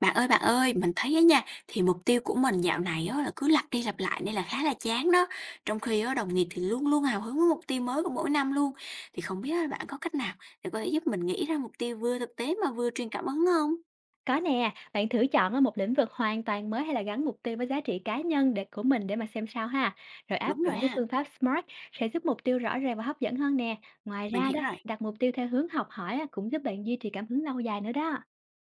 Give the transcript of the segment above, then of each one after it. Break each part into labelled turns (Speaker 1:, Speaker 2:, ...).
Speaker 1: Bạn ơi, mình thấy á nha, thì mục tiêu của mình dạo này á là cứ lặp đi lặp lại nên là khá là chán đó. Trong khi á đồng nghiệp thì luôn luôn hào hứng với mục tiêu mới của mỗi năm luôn. Thì không biết là bạn có cách nào để có thể giúp mình nghĩ ra mục tiêu vừa thực tế mà vừa truyền cảm hứng không?
Speaker 2: Có nè, bạn thử chọn ở một lĩnh vực hoàn toàn mới hay là gắn mục tiêu với giá trị cá nhân để của mình để mà xem sao ha. Rồi áp
Speaker 1: Đúng rồi
Speaker 2: dụng cái
Speaker 1: ha,
Speaker 2: phương pháp SMART sẽ giúp mục tiêu rõ ràng và hấp dẫn hơn nè. Ngoài
Speaker 1: mình
Speaker 2: ra đó,
Speaker 1: hiểu rồi.
Speaker 2: đặt mục tiêu theo hướng học hỏi á, cũng giúp bạn duy trì cảm hứng lâu dài nữa đó.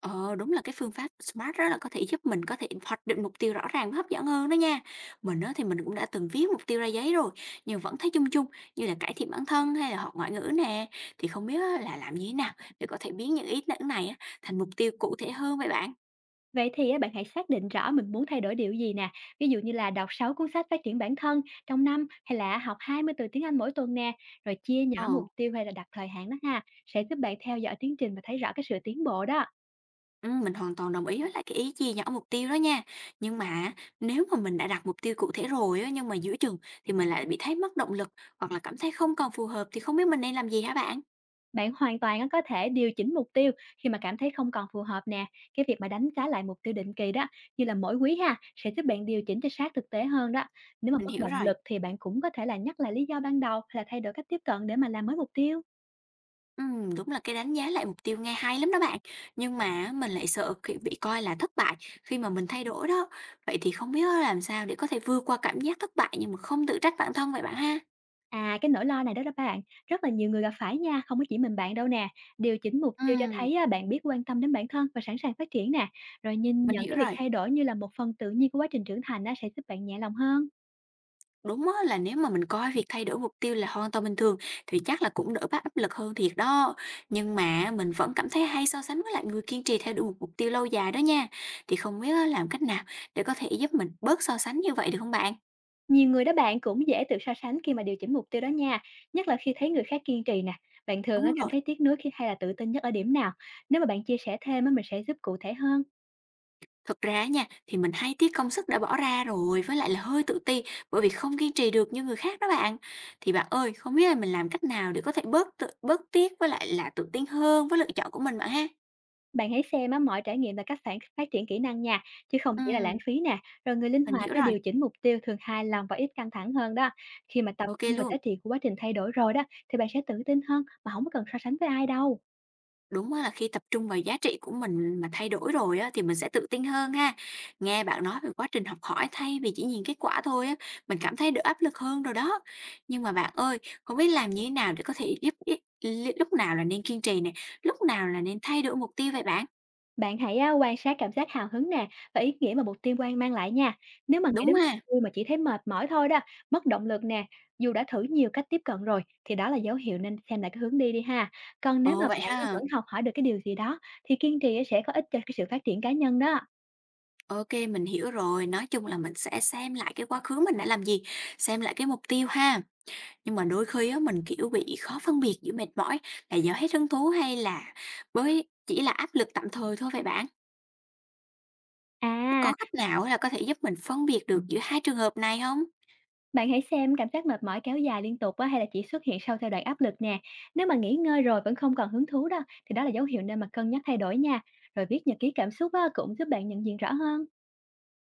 Speaker 1: Ờ, Đúng là cái phương pháp SMART đó là có thể giúp mình có thể hoạch định mục tiêu rõ ràng và hấp dẫn hơn đó nha. Mình á, thì mình cũng đã từng viết mục tiêu ra giấy rồi, nhưng vẫn thấy chung chung như là cải thiện bản thân hay là học ngoại ngữ nè. Thì không biết á, là làm như thế nào để có thể biến những ý tưởng này á, thành mục tiêu cụ thể hơn vậy bạn?
Speaker 2: Vậy thì á, bạn hãy xác định rõ mình muốn thay đổi điều gì nè. Ví dụ như là đọc 6 cuốn sách phát triển bản thân trong năm hay là học 20 từ tiếng Anh mỗi tuần nè. Rồi chia
Speaker 1: Ờ,
Speaker 2: nhỏ mục tiêu hay là đặt thời hạn đó ha, sẽ giúp bạn theo dõi tiến trình và thấy rõ cái sự tiến bộ đó.
Speaker 1: ừ, mình hoàn toàn đồng ý với lại cái ý chia nhỏ mục tiêu đó nha. Nhưng mà nếu mà mình đã đặt mục tiêu cụ thể rồi á, nhưng mà giữa chừng thì mình lại bị thấy mất động lực hoặc là cảm thấy không còn phù hợp thì không biết mình nên làm gì hả bạn?
Speaker 2: Bạn hoàn toàn á, có thể điều chỉnh mục tiêu khi mà cảm thấy không còn phù hợp nè. Cái việc mà đánh giá lại mục tiêu định kỳ đó, như là mỗi quý ha, sẽ giúp bạn điều chỉnh cho sát thực tế hơn đó. Nếu mà
Speaker 1: Mình
Speaker 2: mất
Speaker 1: hiểu
Speaker 2: động
Speaker 1: rồi.
Speaker 2: lực thì bạn cũng có thể là nhắc lại lý do ban đầu hay là thay đổi cách tiếp cận để mà làm mới mục tiêu.
Speaker 1: Đúng là cái đánh giá lại mục tiêu nghe hay lắm đó bạn. Nhưng mà mình lại sợ khi bị coi là thất bại khi mà mình thay đổi đó. Vậy thì không biết làm sao để có thể vượt qua cảm giác thất bại nhưng mà không tự trách bản thân vậy bạn ha?
Speaker 2: À, cái nỗi lo này đó đó bạn, rất là nhiều người gặp phải nha, không có chỉ mình bạn đâu nè. Điều chỉnh mục tiêu cho
Speaker 1: Ừm,
Speaker 2: thấy á, bạn biết quan tâm đến bản thân và sẵn sàng phát triển nè. Rồi nhìn
Speaker 1: mình
Speaker 2: nhận cái
Speaker 1: hiểu
Speaker 2: việc
Speaker 1: rồi.
Speaker 2: thay đổi như là một phần tự nhiên của quá trình trưởng thành á, sẽ giúp bạn nhẹ lòng hơn.
Speaker 1: Đúng á, là nếu mà mình coi việc thay đổi mục tiêu là hoàn toàn bình thường thì chắc là cũng đỡ bắt áp lực hơn thiệt đó. Nhưng mà mình vẫn cảm thấy hay so sánh với lại người kiên trì theo đuổi một mục tiêu lâu dài đó nha. Thì không biết á, làm cách nào để có thể giúp mình bớt so sánh như vậy được không bạn?
Speaker 2: Nhiều người đó bạn cũng dễ tự so sánh khi mà điều chỉnh mục tiêu đó nha, nhất là khi thấy người khác kiên trì nè. Bạn thường á,
Speaker 1: Đúng
Speaker 2: cảm
Speaker 1: rồi.
Speaker 2: thấy tiếc nuối khi hay là tự tin nhất ở điểm nào? Nếu mà bạn chia sẻ thêm á, mình sẽ giúp cụ thể hơn.
Speaker 1: Thực ra nha, thì mình hay tiếc công sức đã bỏ ra rồi, với lại là hơi tự ti bởi vì không kiên trì được như người khác đó bạn. Thì bạn ơi, không biết là mình làm cách nào để có thể bớt tự, bớt tiếc với lại là tự tin hơn với lựa chọn của mình bạn ha?
Speaker 2: Bạn hãy xem á, mọi trải nghiệm là cách phản phát triển kỹ năng nha, chứ không chỉ là lãng
Speaker 1: Ừm,
Speaker 2: phí nè. Rồi người linh
Speaker 1: mình
Speaker 2: hoạt
Speaker 1: hiểu
Speaker 2: á,
Speaker 1: rồi.
Speaker 2: điều chỉnh mục tiêu thường hài lòng và ít căng thẳng hơn đó. Khi mà tập
Speaker 1: Ok
Speaker 2: trung vào
Speaker 1: luôn.
Speaker 2: giá trị của quá trình thay đổi rồi đó, thì bạn sẽ tự tin hơn mà không có cần so sánh với ai đâu.
Speaker 1: Đúng á, là khi tập trung vào giá trị của mình mà thay đổi rồi á, thì mình sẽ tự tin hơn ha. Nghe bạn nói về quá trình học hỏi thay vì chỉ nhìn kết quả thôi á, mình cảm thấy đỡ áp lực hơn rồi đó. Nhưng mà bạn ơi, không biết làm như thế nào để có thể giúp lúc nào là nên kiên trì này, lúc nào là nên thay đổi mục tiêu vậy bạn?
Speaker 2: Bạn hãy quan sát cảm giác hào hứng nè và ý nghĩa mà mục tiêu quan mang lại nha. Nếu mà nghĩ
Speaker 1: Đúng
Speaker 2: đến
Speaker 1: ha?
Speaker 2: vui mà chỉ thấy mệt mỏi thôi đó, mất động lực nè, dù đã thử nhiều cách tiếp cận rồi thì đó là dấu hiệu nên xem lại cái hướng đi đi ha. Còn nếu mà
Speaker 1: Ồ vậy
Speaker 2: bạn á vẫn
Speaker 1: ha.
Speaker 2: học hỏi được cái điều gì đó thì kiên trì á sẽ có ích cho cái sự phát triển cá nhân đó.
Speaker 1: Ok, mình hiểu rồi. Nói chung là mình sẽ xem lại cái quá khứ mình đã làm gì, xem lại cái mục tiêu ha. Nhưng mà đôi khi á, mình, kiểu, bị khó phân biệt giữa mệt mỏi là do hết hứng thú hay là với chỉ là áp lực tạm thời thôi vậy bạn?
Speaker 2: À,
Speaker 1: Có cách nào là có thể giúp mình phân biệt được giữa hai trường hợp này không?
Speaker 2: bạn hãy xem cảm giác mệt mỏi kéo dài liên tục á hay là chỉ xuất hiện sau giai đoạn áp lực nè. Nếu mà nghỉ ngơi rồi vẫn không còn hứng thú đó thì đó là dấu hiệu nên mà cân nhắc thay đổi nha. Rồi viết nhật ký cảm xúc á cũng giúp bạn nhận diện rõ hơn.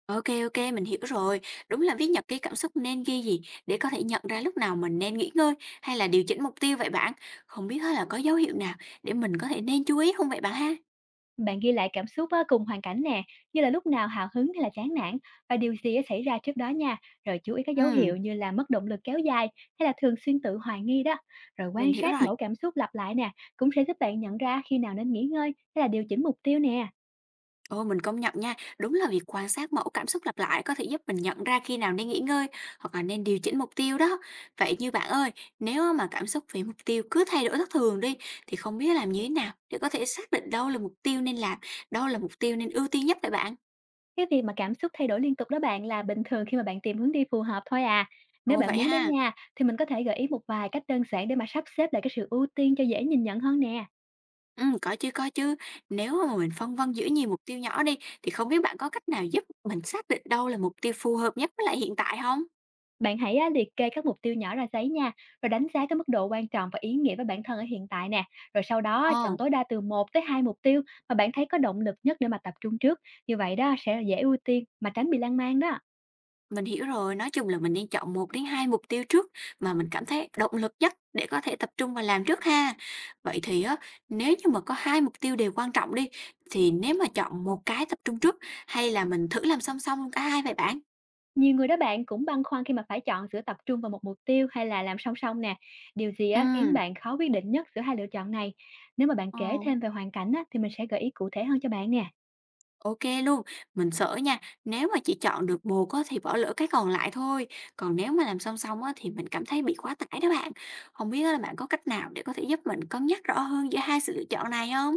Speaker 1: Ok ok, mình hiểu rồi. Đúng là viết nhật ký cảm xúc nên ghi gì để có thể nhận ra lúc nào mình nên nghỉ ngơi hay là điều chỉnh mục tiêu vậy bạn? Không biết á là có dấu hiệu nào để mình có thể nên chú ý không vậy bạn ha?
Speaker 2: Bạn ghi lại cảm xúc á, cùng hoàn cảnh nè, như là lúc nào hào hứng hay là chán nản và điều gì đã xảy ra trước đó nha. Rồi chú ý các dấu hiệu
Speaker 1: Ừm,
Speaker 2: như là mất động lực kéo dài hay là thường xuyên tự hoài nghi đó. Rồi quan
Speaker 1: mình hiểu
Speaker 2: sát
Speaker 1: rồi.
Speaker 2: mỗi cảm xúc lặp lại nè, cũng sẽ giúp bạn nhận ra khi nào nên nghỉ ngơi hay là điều chỉnh mục tiêu nè.
Speaker 1: Ồ, mình công nhận nha, đúng là việc quan sát mẫu cảm xúc lặp lại có thể giúp mình nhận ra khi nào nên nghỉ ngơi hoặc là nên điều chỉnh mục tiêu đó. Vậy như bạn ơi, nếu mà cảm xúc về mục tiêu cứ thay đổi thất thường đi thì không biết làm như thế nào để có thể xác định đâu là mục tiêu nên làm, đâu là mục tiêu nên ưu tiên nhất vậy bạn?
Speaker 2: Cái việc mà cảm xúc thay đổi liên tục đó bạn là bình thường khi mà bạn tìm hướng đi phù hợp thôi à. Nếu
Speaker 1: Ồ
Speaker 2: bạn
Speaker 1: vậy
Speaker 2: muốn đó
Speaker 1: ha.
Speaker 2: nha, thì mình có thể gợi ý một vài cách đơn giản để mà sắp xếp lại cái sự ưu tiên cho dễ nhìn nhận hơn nè.
Speaker 1: Ừ, có chứ có chứ. Nếu mà mình phân vân giữa nhiều mục tiêu nhỏ đi thì không biết bạn có cách nào giúp mình xác định đâu là mục tiêu phù hợp nhất với lại hiện tại không?
Speaker 2: Bạn hãy á, liệt kê các mục tiêu nhỏ ra giấy nha, rồi đánh giá cái mức độ quan trọng và ý nghĩa với bản thân ở hiện tại nè. Rồi sau đó á, chọn
Speaker 1: Ồ.
Speaker 2: tối đa từ một tới 2 mục tiêu mà bạn thấy có động lực nhất để mà tập trung trước. Như vậy đó sẽ dễ ưu tiên mà tránh bị lan man đó.
Speaker 1: Mình hiểu rồi, nói chung là mình nên chọn một đến 2 mục tiêu trước mà mình cảm thấy động lực nhất để có thể tập trung và làm trước ha. Vậy thì á, nếu như mà có 2 mục tiêu đều quan trọng đi, thì nếu mà chọn một cái tập trung trước hay là mình thử làm song song cả hai vậy bạn?
Speaker 2: Nhiều người đó bạn cũng băn khoăn khi mà phải chọn giữa tập trung vào một mục tiêu hay là làm song song nè. Điều gì á, khiến
Speaker 1: Ừm,
Speaker 2: bạn khó quyết định nhất giữa hai lựa chọn này? Nếu mà bạn
Speaker 1: ờ,
Speaker 2: kể thêm về hoàn cảnh á, thì mình sẽ gợi ý cụ thể hơn cho bạn nè.
Speaker 1: OK luôn. Mình sợ nha, nếu mà chỉ chọn được một á thì bỏ lỡ cái còn lại thôi, còn nếu mà làm song song á thì mình cảm thấy bị quá tải đó bạn. Không biết á là bạn có cách nào để có thể giúp mình cân nhắc rõ hơn giữa hai sự lựa chọn này không?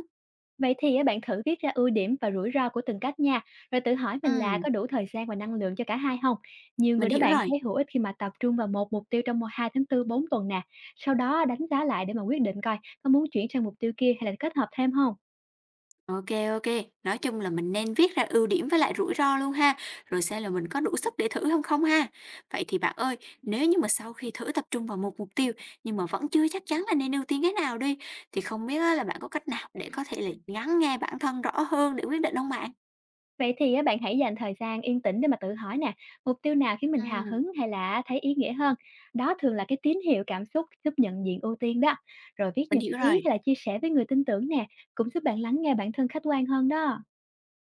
Speaker 2: Vậy thì á, bạn thử viết ra ưu điểm và rủi ro của từng cách nha, rồi tự hỏi mình là
Speaker 1: Ừm,
Speaker 2: có đủ thời gian và năng lượng cho cả hai không. Nhiều người
Speaker 1: mình
Speaker 2: đó
Speaker 1: hiểu
Speaker 2: bạn
Speaker 1: rồi.
Speaker 2: thấy hữu ích khi mà tập trung vào một mục tiêu trong một hai tháng tư 4 tuần nè, sau đó đánh giá lại để mà quyết định coi có muốn chuyển sang mục tiêu kia hay là kết hợp thêm không.
Speaker 1: OK, OK. Nói chung là mình nên viết ra ưu điểm với lại rủi ro luôn ha, rồi xem là mình có đủ sức để thử không không ha. Vậy thì bạn ơi, nếu như mà sau khi thử tập trung vào một mục tiêu nhưng mà vẫn chưa chắc chắn là nên ưu tiên cái nào đi, thì không biết á là bạn có cách nào để có thể là lắng nghe bản thân rõ hơn để quyết định hông bạn?
Speaker 2: Vậy thì á, bạn hãy dành thời gian yên tĩnh để mà tự hỏi nè, mục tiêu nào khiến mình hào
Speaker 1: Ừm,
Speaker 2: hứng hay là thấy ý nghĩa hơn? Đó thường là cái tín hiệu cảm xúc giúp nhận diện ưu tiên đó. Rồi viết
Speaker 1: mình
Speaker 2: nhật
Speaker 1: hiểu
Speaker 2: ký
Speaker 1: rồi.
Speaker 2: hay là chia sẻ với người tin tưởng nè, cũng giúp bạn lắng nghe bản thân khách quan hơn đó.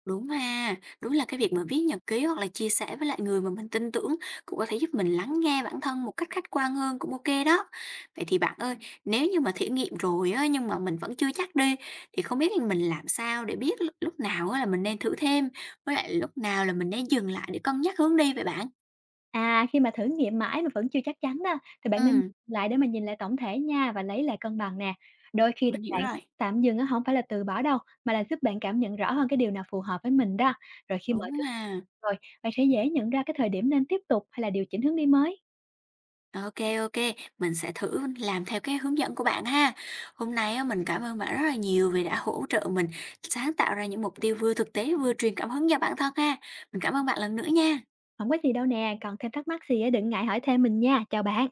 Speaker 1: Đúng ha, đúng là cái việc mà viết nhật ký hoặc là chia sẻ với lại người mà mình tin tưởng cũng có thể giúp mình lắng nghe bản thân một cách khách quan hơn cũng ok đó. Vậy thì bạn ơi, nếu như mà thử nghiệm rồi á, nhưng mà mình vẫn chưa chắc đi thì không biết là mình làm sao để biết lúc lúc nào á là mình nên thử thêm với lại lúc nào là mình nên dừng lại để cân nhắc hướng đi vậy bạn?
Speaker 2: À, khi mà thử nghiệm mãi mà vẫn chưa chắc chắn đó, thì bạn nên
Speaker 1: Ừ,
Speaker 2: lại để mà nhìn lại tổng thể nha và lấy lại cân bằng nè. Đôi khi đó
Speaker 1: mình hiểu
Speaker 2: bạn
Speaker 1: rồi.
Speaker 2: tạm dừng á hổng phải là từ bỏ đâu, mà là giúp bạn cảm nhận rõ hơn cái điều nào phù hợp với mình đó. Rồi khi mọi
Speaker 1: Đúng
Speaker 2: thứ
Speaker 1: mà.
Speaker 2: rồi, bạn sẽ dễ nhận ra cái thời điểm nên tiếp tục hay là điều chỉnh hướng đi mới.
Speaker 1: OK OK, mình sẽ thử làm theo cái hướng dẫn của bạn ha. Hôm nay á, mình cảm ơn bạn rất là nhiều vì đã hỗ trợ mình sáng tạo ra những mục tiêu vừa thực tế vừa truyền cảm hứng cho bản thân ha. Mình cảm ơn bạn lần nữa nha.
Speaker 2: Không có gì đâu nè, còn thêm thắc mắc gì á đừng ngại hỏi thêm mình nha. Chào bạn.